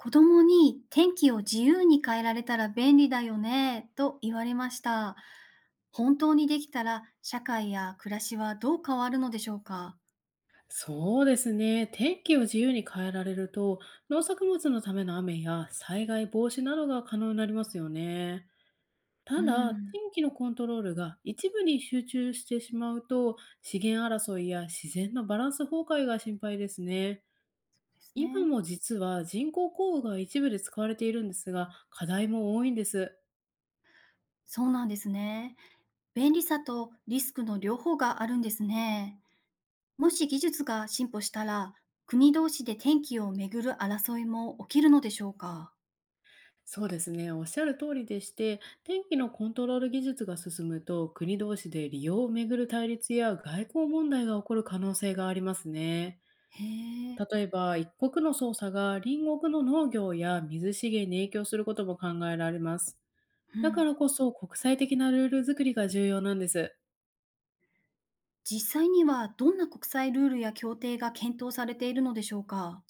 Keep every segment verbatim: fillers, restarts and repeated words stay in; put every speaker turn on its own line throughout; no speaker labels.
子供に天気を自由に変えられたら便利だよねと言われました。本当にできたら社会や暮らしはどう変わるのでしょうか？
そうですね。天気を自由に変えられると、農作物のための雨や災害防止などが可能になりますよね。
う
ただ、
ん、
天気のコントロールが一部に集中してしまうと、資源争いや自然のバランス崩壊が心配ですね。
そうです
今
ね。
も実は人工降雨が一部で使われているんですが、課題も多いんです。
そうなんですね。便利さとリスクの両方があるんですね。もし技術が進歩したら、国同士で天気をめぐる争いも起きるのでしょうか？
そうですね。おっしゃる通りでして、天気のコントロール技術が進むと、国同士で利用をめぐる対立や外交問題が起こる可能性がありますね。
へえ。
例えば、一国の操作が隣国の農業や水資源に影響することも考えられます。
う
だか
ん。
らこそ国際的なルール作りが重要なんです。
実際にはどんな国際ルールや協定が検討されているのでしょうか？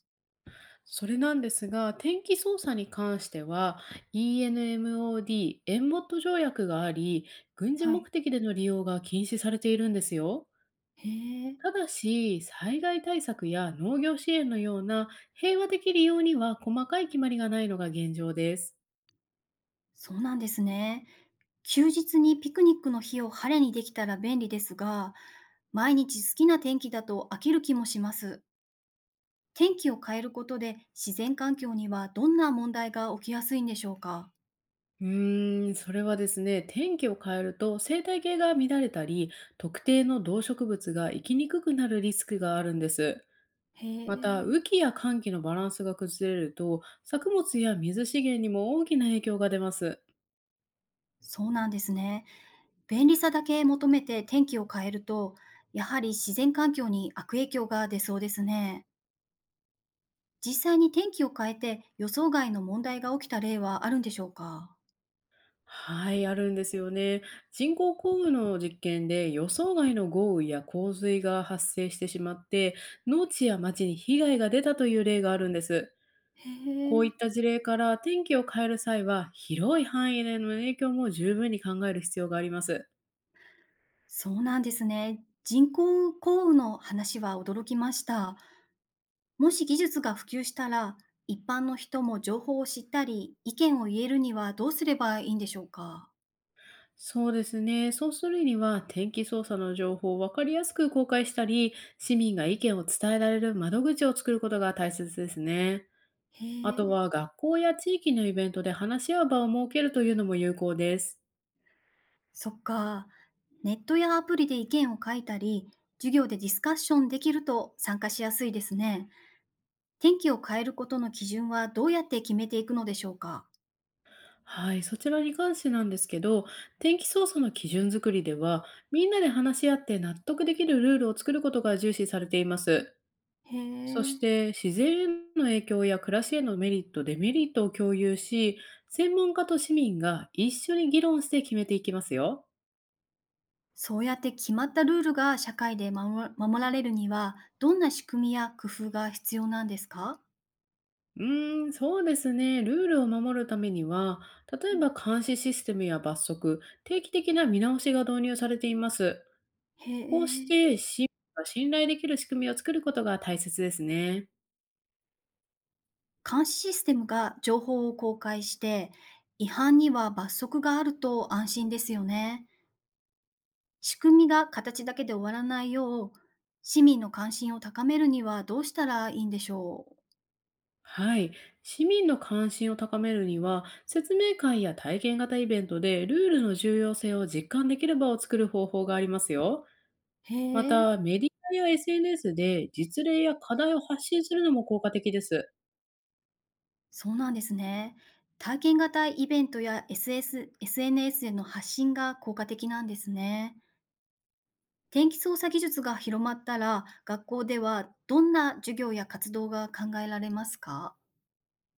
それなんですが、天気操作に関しては エンモッド、エンモット条約があり、軍事
は
目
い。
的での利用が禁止されているんですよ。
へえ、
ただし、災害対策や農業支援のような平和的利用には細かい決まりがないのが現状です。
そうなんですね。休日にピクニックの日を晴れにできたら便利ですが、毎日好きな天気だと飽きる気もします。天気を変えることで自然環境にはどんな問題が起きやすいんでしょうか？
うーん、それはですね、天気を変えると生態系が乱れたり、特定の動植物が生きにくくなるリスクがあるんです。
へ
また、
え、
雨季や寒季のバランスが崩れると、作物や水資源にも大きな影響が出ます。
そうなんですね。便利さだけ求めて天気を変えると、やはり自然環境に悪影響が出そうですね。実際に天気を変えて予想外の問題が起きた例はあるんでしょうか？
はい、あるんですよね。人工降雨の実験で予想外の豪雨や洪水が発生してしまって、農地や町に被害が出たという例があるんです。
へ
こういっ
え。
た事例から天気を変える際は、広い範囲での影響も十分に考える必要があります。
そうなんですね。人工降雨の話は驚きました。もし技術が普及したら、一般の人も情報を知ったり、意見を言えるにはどうすればいいんでしょうか。
そうですね。そうするには、天気操作の情報を分かりやすく公開したり、市民が意見を伝えられる窓口を作ることが大切ですね。
へ
あと
え、
は学校や地域のイベントで話し合う場を設けるというのも有効です。
そっか。ネットやアプリで意見を書いたり、授業でディスカッションできると参加しやすいですね。天気を変えることの基準はどうやって決めていくのでしょうか。
はい、そちらに関してなんですけど、天気操作の基準作りでは、みんなで話し合って納得できるルールを作ることが重視されています。
へ
そし
え。
て、自然への影響や暮らしへのメリット、デメリットを共有し、専門家と市民が一緒に議論して決めていきますよ。
そうやって決まったルールが社会で守ら守られるには、どんな仕組みや工夫が必要なんですか？
うーん、そうですね。ルールを守るためには、例
う
え
ん。
ば監視システムや罰則、定期的な見直しが導入されています。
へ
こうし
え。
て市民が信頼できる仕組みを作ることが大切ですね。
監視システムが情報を公開して、違反には罰則があると安心ですよね。仕組みが形だけで終わらないよう、市民の関心を高めるにはどうしたらいいんでしょう？
はい。市民の関心を高めるには、説明会や体験型イベントでルールの重要性を実感できる場を作る方法がありますよ。
へ
ま
え、
た、メディアや エスエヌエス で実例や課題を発信するのも効果的です。
そうなんですね。体験型イベントや SS エスエヌエス への発信が効果的なんですね。天気操作技術が広まったら、学校ではどんな授業や活動が考えられますか？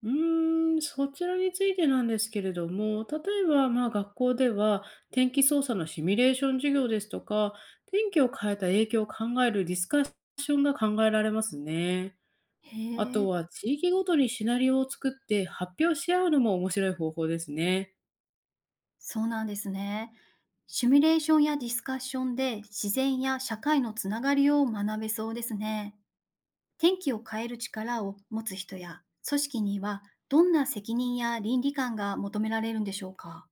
うーん、そちらについてなんですけれども、例えば、まあ、学校では天気操作のシミュレーション授業ですとか、天気を変えた影響を考えるディスカッションが考えられますね。
へ
あと
え、
は、地域ごとにシナリオを作って発表し合うのも面白い方法ですね。
そうなんですね。シミュレーションやディスカッションで自然や社会のつながりを学べそうですね。天気を変える力を持つ人や組織にはどんな責任や倫理観が求められるんでしょうか？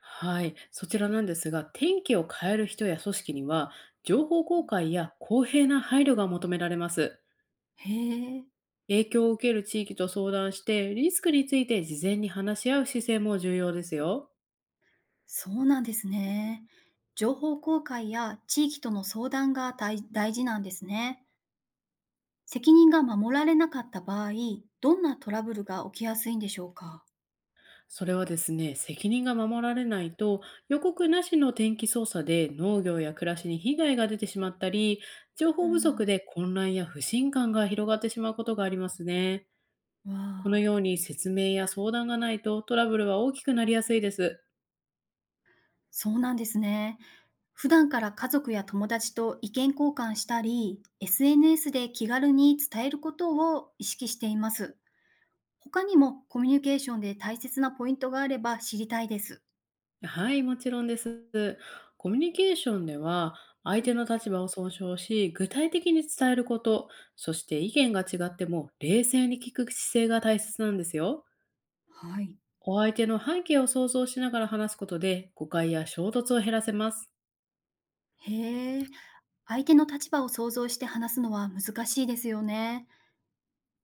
はい、そちらなんですが、天気を変える人や組織には、情報公開や公平な配慮が求められます。
へえ、
影響を受ける地域と相談して、リスクについて事前に話し合う姿勢も重要ですよ。
そうなんですね。情報公開や地域との相談が大大事なんですね。責任が守られなかった場合、どんなトラブルが起きやすいんでしょうか？
それはですね、責任が守られないと、予告なしの天気操作で農業や暮らしに被害が出てしまったり、情
う
報不足
ん。
で混乱や不信感が広がってしまうことがありますね。
わ
この
あ、
ように説明や相談がないとトラブルは大きくなりやすいです。
そうなんですね。普段から家族や友達と意見交換したり、エスエヌエス で気軽に伝えることを意識しています。他にもコミュニケーションで大切なポイントがあれば知りたいです。
はい、もちろんです。コミュニケーションでは、相
う
手
ん。
の立場を尊重し、具体的に伝えること、そして意見が違っても冷静に聞く姿勢が大切なんですよ。
はい。
お相手の背景を想像しながら話すことで、誤解や衝突を減らせます。
へえ。相手の立場を想像して話すのは難しいですよね。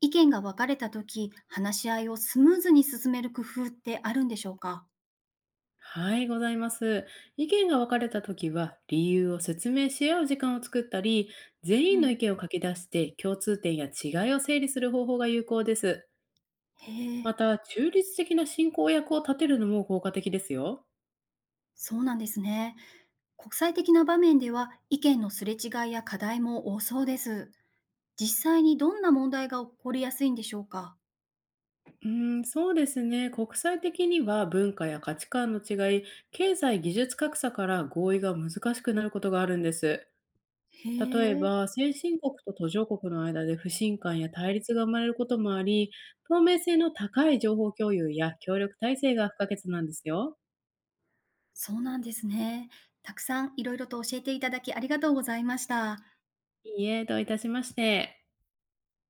意見が分かれた時、話し合いをスムーズに進める工夫ってあるんでしょうか？
はい、ございます。意見が分かれたときは、理由を説明し合う時間を作ったり、
う
全員の意
ん、
見を書き出して、共通点や違いを整理する方法が有効です。
へえ、
また、中立的な進行役を立てるのも効果的ですよ。
そうなんですね。国際的な場面では意見のすれ違いや課題も多そうです。実際にどんな問題が起こりやすいんでしょうか？
うーん、そうですね。国際的には文化や価値観の違い、経済技術格差から合意が難しくなることがあるんです。
へ
例え
え、
ば、先進国と途上国の間で不信感や対立が生まれることもあり、透明性の高い情報共有や協力体制が不可欠なんですよ。
そうなんですね。たくさんいろいろと教えていただきありがとうございました。
いいえ、どういたしまして。